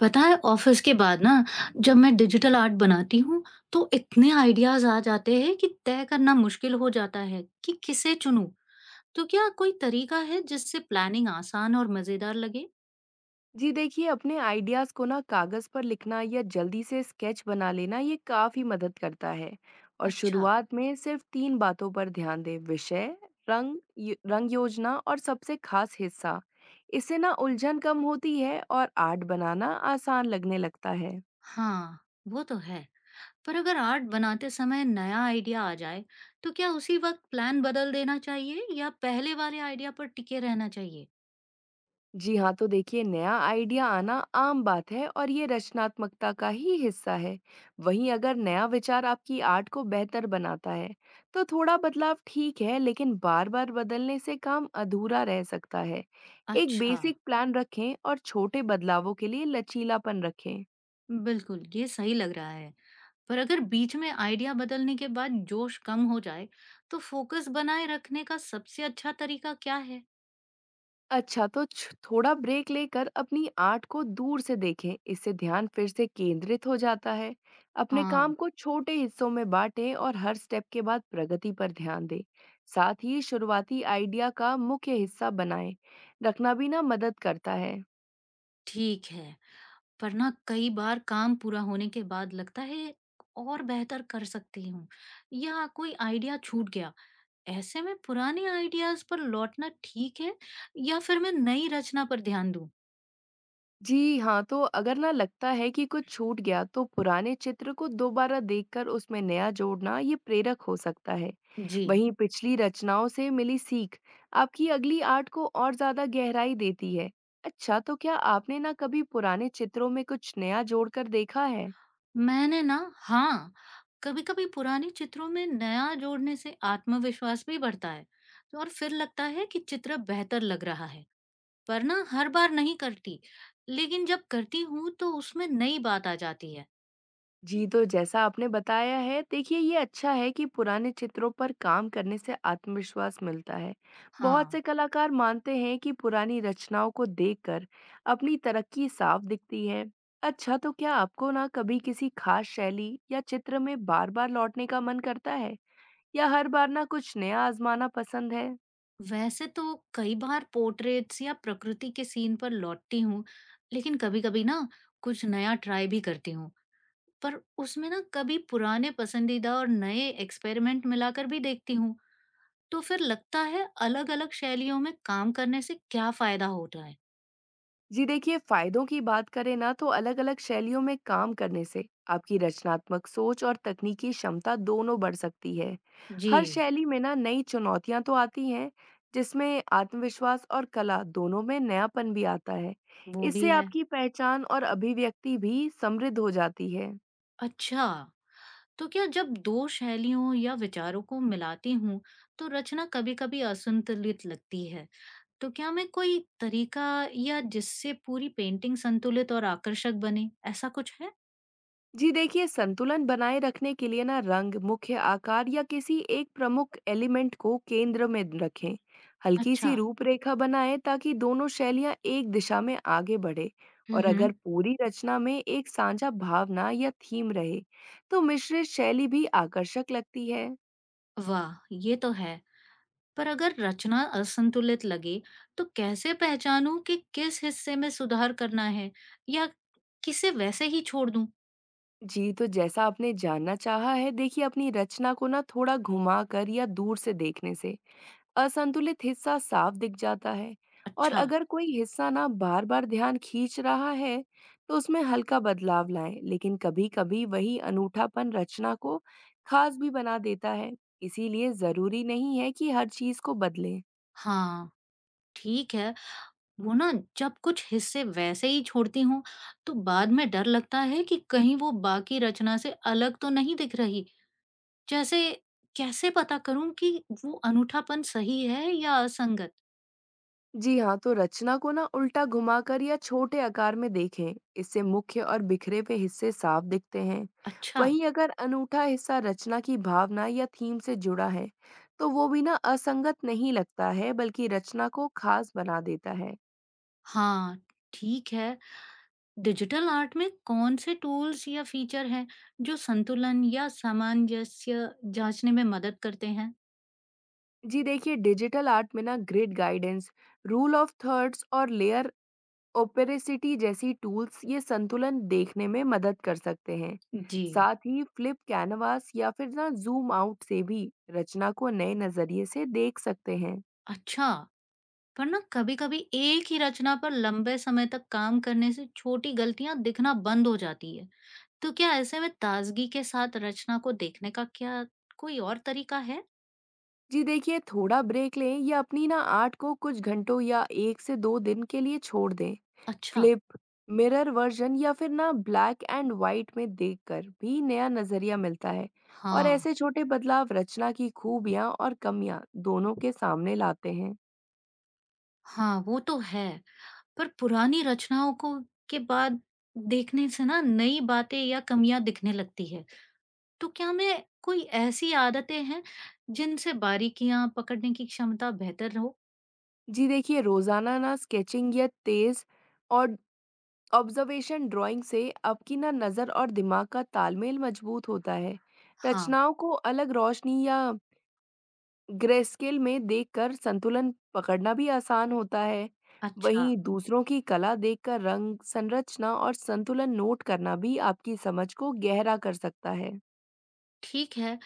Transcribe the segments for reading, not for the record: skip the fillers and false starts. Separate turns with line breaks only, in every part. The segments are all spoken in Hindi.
पता है ऑफिस के बाद ना, जब मैं डिजिटल आर्ट बनाती हूँ तो इतने आइडियाज आ जाते हैं कि तय करना मुश्किल हो जाता है कि किसे चुनूं। तो क्या कोई तरीका है जिससे प्लानिंग आसान और मजेदार लगे?
जी देखिए, अपने आइडियाज़ को ना कागज़ पर लिखना या जल्दी से स्केच बना लेना ये काफ़ी मदद करता है। और
अच्छा।
शुरुआत में सिर्फ 3 बातों पर ध्यान दें, विषय, रंग योजना और सबसे खास हिस्सा। इससे ना उलझन कम होती है और आर्ट बनाना आसान लगने लगता है।
हाँ, वो तो है। पर अगर आर्ट बनाते समय नया आइडिया आ जाए तो क्या उसी वक्त प्लान बदल देना चाहिए या पहले वाले आइडिया पर टिके रहना चाहिए?
जी हाँ, तो देखिए नया आइडिया आना आम बात है और ये रचनात्मकता का ही हिस्सा है। वहीं अगर नया विचार आपकी आर्ट को बेहतर बनाता है, तो थोड़ा बदलाव ठीक है, लेकिन बार-बार बदलने से काम अधूरा रह सकता है। एक
अच्छा।
बेसिक प्लान रखें और छोटे बदलावों के लिए लचीलापन रखें।
बिल्कुल, ये सही लग रहा है। पर अगर बीच में आइडिया बदलने के बाद जोश कम हो जाए तो फोकस बनाए रखने का सबसे अच्छा तरीका क्या है?
अच्छा तो थोड़ा ब्रेक लेकर अपनी आर्ट को दूर से देखें। इससे ध्यान फिर से केंद्रित हो जाता है। अपने
हाँ।
काम को छोटे हिस्सों में बांटें और हर स्टेप के बाद प्रगति पर ध्यान दें। साथ ही शुरुआती आइडिया का मुख्य हिस्सा बनाएं रखना भी ना मदद करता है।
ठीक है। पर ना, कई बार काम पूरा होने के बाद लगता है और बेहतर कर सकती हूँ, या कोई आइडिया छूट गया। ऐसे में पुराने आइडियाज पर लौटना ठीक है या फिर मैं नई रचना पर ध्यान दूं?
जी हाँ, तो अगर ना लगता है कि कुछ छूट गया तो पुराने चित्र को दोबारा देखकर उसमें नया जोड़ना ये प्रेरक हो सकता है।
जी।
वहीं पिछली रचनाओं से मिली सीख आपकी अगली आर्ट को और ज्यादा गहराई देती है। अच्छा, तो क्या आपने ना कभी पुराने चित्रों में कुछ नया जोड़कर देखा है?
मैंने ना, हाँ, कभी-कभी पुराने चित्रों में नया जोड़ने से आत्मविश्वास भी बढ़ता है। तो और फिर लगता है कि चित्र बेहतर लग रहा है। पर ना, हर बार नहीं करती, लेकिन जब करती हूँ तो उसमें नई बात आ जाती है।
जी, तो जैसा आपने बताया है, देखिए ये अच्छा है कि पुराने चित्रों पर काम करने से आत्मविश्वास मिलता है। बहुत
हाँ।
से कलाकार मानते हैं कि पुरानी रचनाओं को देखकर अपनी तरक्की साफ दिखती है। अच्छा, तो क्या आपको ना कभी किसी खास शैली या चित्र में बार-बार लौटने का मन करता है? या हर बार ना कुछ नया आजमाना पसंद है?
वैसे तो कई बार पोर्ट्रेट्स या प्रकृति के सीन पर लौटती हूँ, लेकिन कभी-कभी ना कुछ नया ट्राई भी करती हूँ। पर उसमें ना, कभी पुराने पसंदीदा और नए एक्सपेरिमेंट मिलाकर भी देखती हूँ। तो फिर लगता है अलग-अलग शैलियों में काम करने से क्या फ़ायदा होता है?
जी देखिए, फायदों की बात करें ना तो अलग-अलग शैलियों में काम करने से आपकी रचनात्मक सोच और तकनीकी क्षमता दोनों बढ़ सकती है।
जी,
हर शैली में ना नई चुनौतियां तो आती हैं, जिसमें आत्मविश्वास और कला दोनों में नयापन भी आता है।
वो भी
इससे
है।
आपकी पहचान और अभिव्यक्ति भी समृद्ध हो जाती है।
अच्छा, तो क्या जब 2 शैलियों या विचारों को मिलाती हूँ, तो रचना कभी-कभी असंतुलित लगती है। तो क्या मैं कोई तरीका या जिससे पूरी पेंटिंग संतुलित और आकर्षक बने, ऐसा कुछ है?
जी देखिए, संतुलन बनाए रखने के लिए ना रंग, मुख्य आकार या किसी एक प्रमुख एलिमेंट को केंद्र में रखें। हल्की सी
अच्छा।
रूपरेखा बनाएं ताकि दोनों शैलियां एक दिशा में आगे बढ़े।
हुँ,
और
हुँ।
अगर पूरी रचना में एक साझा भावना या थीम रहे तो मिश्रित शैली भी आकर्षक लगती है।
वाह! ये तो है। पर अगर रचना असंतुलित लगे तो कैसे पहचानूं कि किस हिस्से में सुधार करना है, या किसे वैसे ही छोड़ दूं?
जी तो जैसा आपने जानना चाहा है, देखिए अपनी रचना को ना थोड़ा घुमा कर या दूर से देखने से असंतुलित हिस्सा साफ दिख जाता है। और
अच्छा।
अगर कोई हिस्सा ना बार बार ध्यान खींच रहा है तो उसमें हल्का बदलाव लाएं, लेकिन कभी कभी वही अनूठापन रचना को खास भी बना देता है। इसीलिए जरूरी नहीं है कि हर चीज को बदलें।
हाँ। ठीक है। वो ना, जब कुछ हिस्से वैसे ही छोड़ती हूँ तो बाद में डर लगता है कि कहीं वो बाकी रचना से अलग तो नहीं दिख रही। जैसे, कैसे पता करूं कि वो अनूठापन सही है या असंगत?
जी हाँ, तो रचना को ना उल्टा घुमाकर या छोटे आकार में देखें, इससे मुख्य और बिखरे हुए हिस्से साफ दिखते हैं।
अच्छा।
वहीं अगर अनूठा हिस्सा रचना की भावना या थीम से जुड़ा है, तो वो भी ना असंगत नहीं लगता है, बल्कि रचना को खास बना देता है।
हाँ। ठीक है। डिजिटल आर्ट में कौन से टूल्स या फीचर हैं जो संतुलन या सामंजस्य जांचने में मदद करते हैं?
जी देखिए, डिजिटल आर्ट में ना grid guidance, rule of thirds और लेयर ओपेरेसिटी जैसी टूल्स ये संतुलन देखने में मदद कर सकते हैं।
जी।
साथ ही फ्लिप कैनवास या फिर ना जूम आउट से भी रचना को नए नजरिए से देख सकते हैं।
अच्छा। पर ना, कभी कभी एक ही रचना पर लंबे समय तक काम करने से छोटी गलतियां दिखना बंद हो जाती है। तो क्या ऐसे में ताजगी के साथ रचना को देखने का, क्या कोई और तरीका है?
जी देखिए, थोड़ा ब्रेक लें या अपनी ना आर्ट को कुछ घंटों या 1 से 2 दिन के लिए छोड़ दें।
अच्छा।
फ्लिप मिरर वर्जन या फिर ना ब्लैक एंड वाइट में देखकर भी नया नजरिया मिलता है। और
हाँ।
ऐसे छोटे बदलाव रचना की खूबियां और कमियां दोनों के सामने लाते हैं।
हाँ, वो तो है। पर पुरानी रचनाओं को के बाद देखने से ना नई बातें या कमियां दिखने लगती है। तो क्या मैं कोई ऐसी आदतें हैं जिनसे बारीकियां पकड़ने की क्षमता बेहतर हो?
जी देखिए, रोज़ाना ना स्केचिंग या तेज़ और ऑब्ज़र्वेशन ड्राइंग से आपकी ना नज़र और दिमाग का तालमेल मज़बूत होता है।
हाँ।
रचनाओं को अलग रोशनी या ग्रेस्केल में देखकर संतुलन पकड़ना भी आसान होता है।
अच्छा,
वहीं दूसरों की कला देखकर रंग, संरचना और संतुलन नोट करना भी आपकी समझ को गहरा कर सकता है।
ठीक है।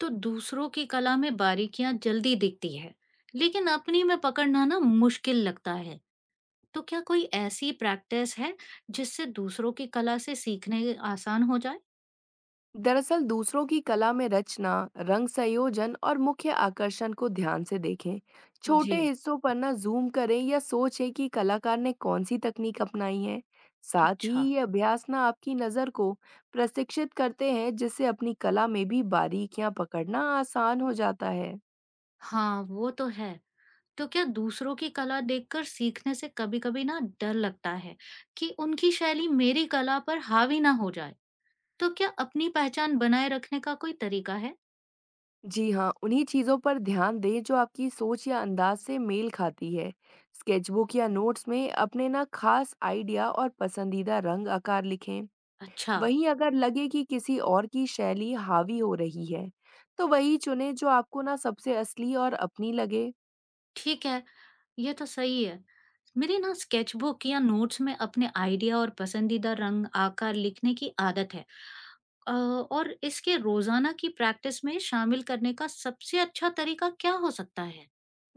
तो दूसरों की कला में बारीकियां जल्दी दिखती है, लेकिन अपनी में पकड़ना ना मुश्किल लगता है। तो क्या कोई ऐसी प्रैक्टिस है जिससे दूसरों की कला से सीखने आसान हो जाए?
दरअसल दूसरों की कला में रचना, रंग संयोजन और मुख्य आकर्षण को ध्यान से देखें।
जी।
छोटे हिस्सों पर ना जूम करें या सोचें कि कलाकार ने कौन सी तकनीक अपनाई है। साथ ही
अच्छा,
ये अभ्यास ना आपकी नज़र को प्रशिक्षित करते हैं, जिससे अपनी कला में भी बारीकियां पकड़ना आसान हो जाता है।
हाँ, वो तो है। तो क्या दूसरों की कला देखकर सीखने से कभी-कभी ना डर लगता है कि उनकी शैली मेरी कला पर हावी ना हो जाए? तो क्या अपनी पहचान बनाए रखने का कोई तरीका है?
जी हाँ, उन्हीं चीज़ों पर ध्यान दें जो आपकी सोच या अंदाज से मेल खाती है। स्केचबुक या नोट्स में अपने ना खास आइडिया और पसंदीदा रंग आकार लिखें।
अच्छा,
वहीं अगर लगे कि किसी और की शैली हावी हो रही है, तो वही चुने जो आपको ना सबसे असली और अपनी लगे।
ठीक है। ये तो सही है। मेरी ना स्केचबुक या नोट्स में अपने आइडिया और पसंदीदा रंग, आकार लिखने की आदत है। और इसके रोज़ाना की प्रैक्टिस में शामिल करने का सबसे अच्छा तरीका क्या हो सकता है?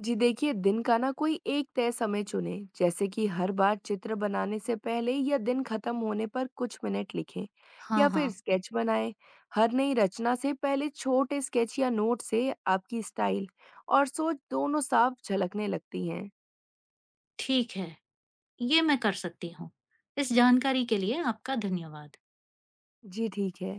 जी देखिए, दिन का ना कोई एक तय समय चुने, जैसे कि हर बार चित्र बनाने से पहले या दिन खत्म होने पर कुछ मिनट लिखें या
हाँ,
फिर
हाँ।
स्केच बनाएं। हर नई रचना से पहले छोटे स्केच या नोट से आपकी स्टाइल और सोच दोनों साफ झलकने लगती हैं।
ठीक है, ये मैं कर सकती हूँ। इस जानकारी के लिए आपका धन्यवाद।
जी ठीक है।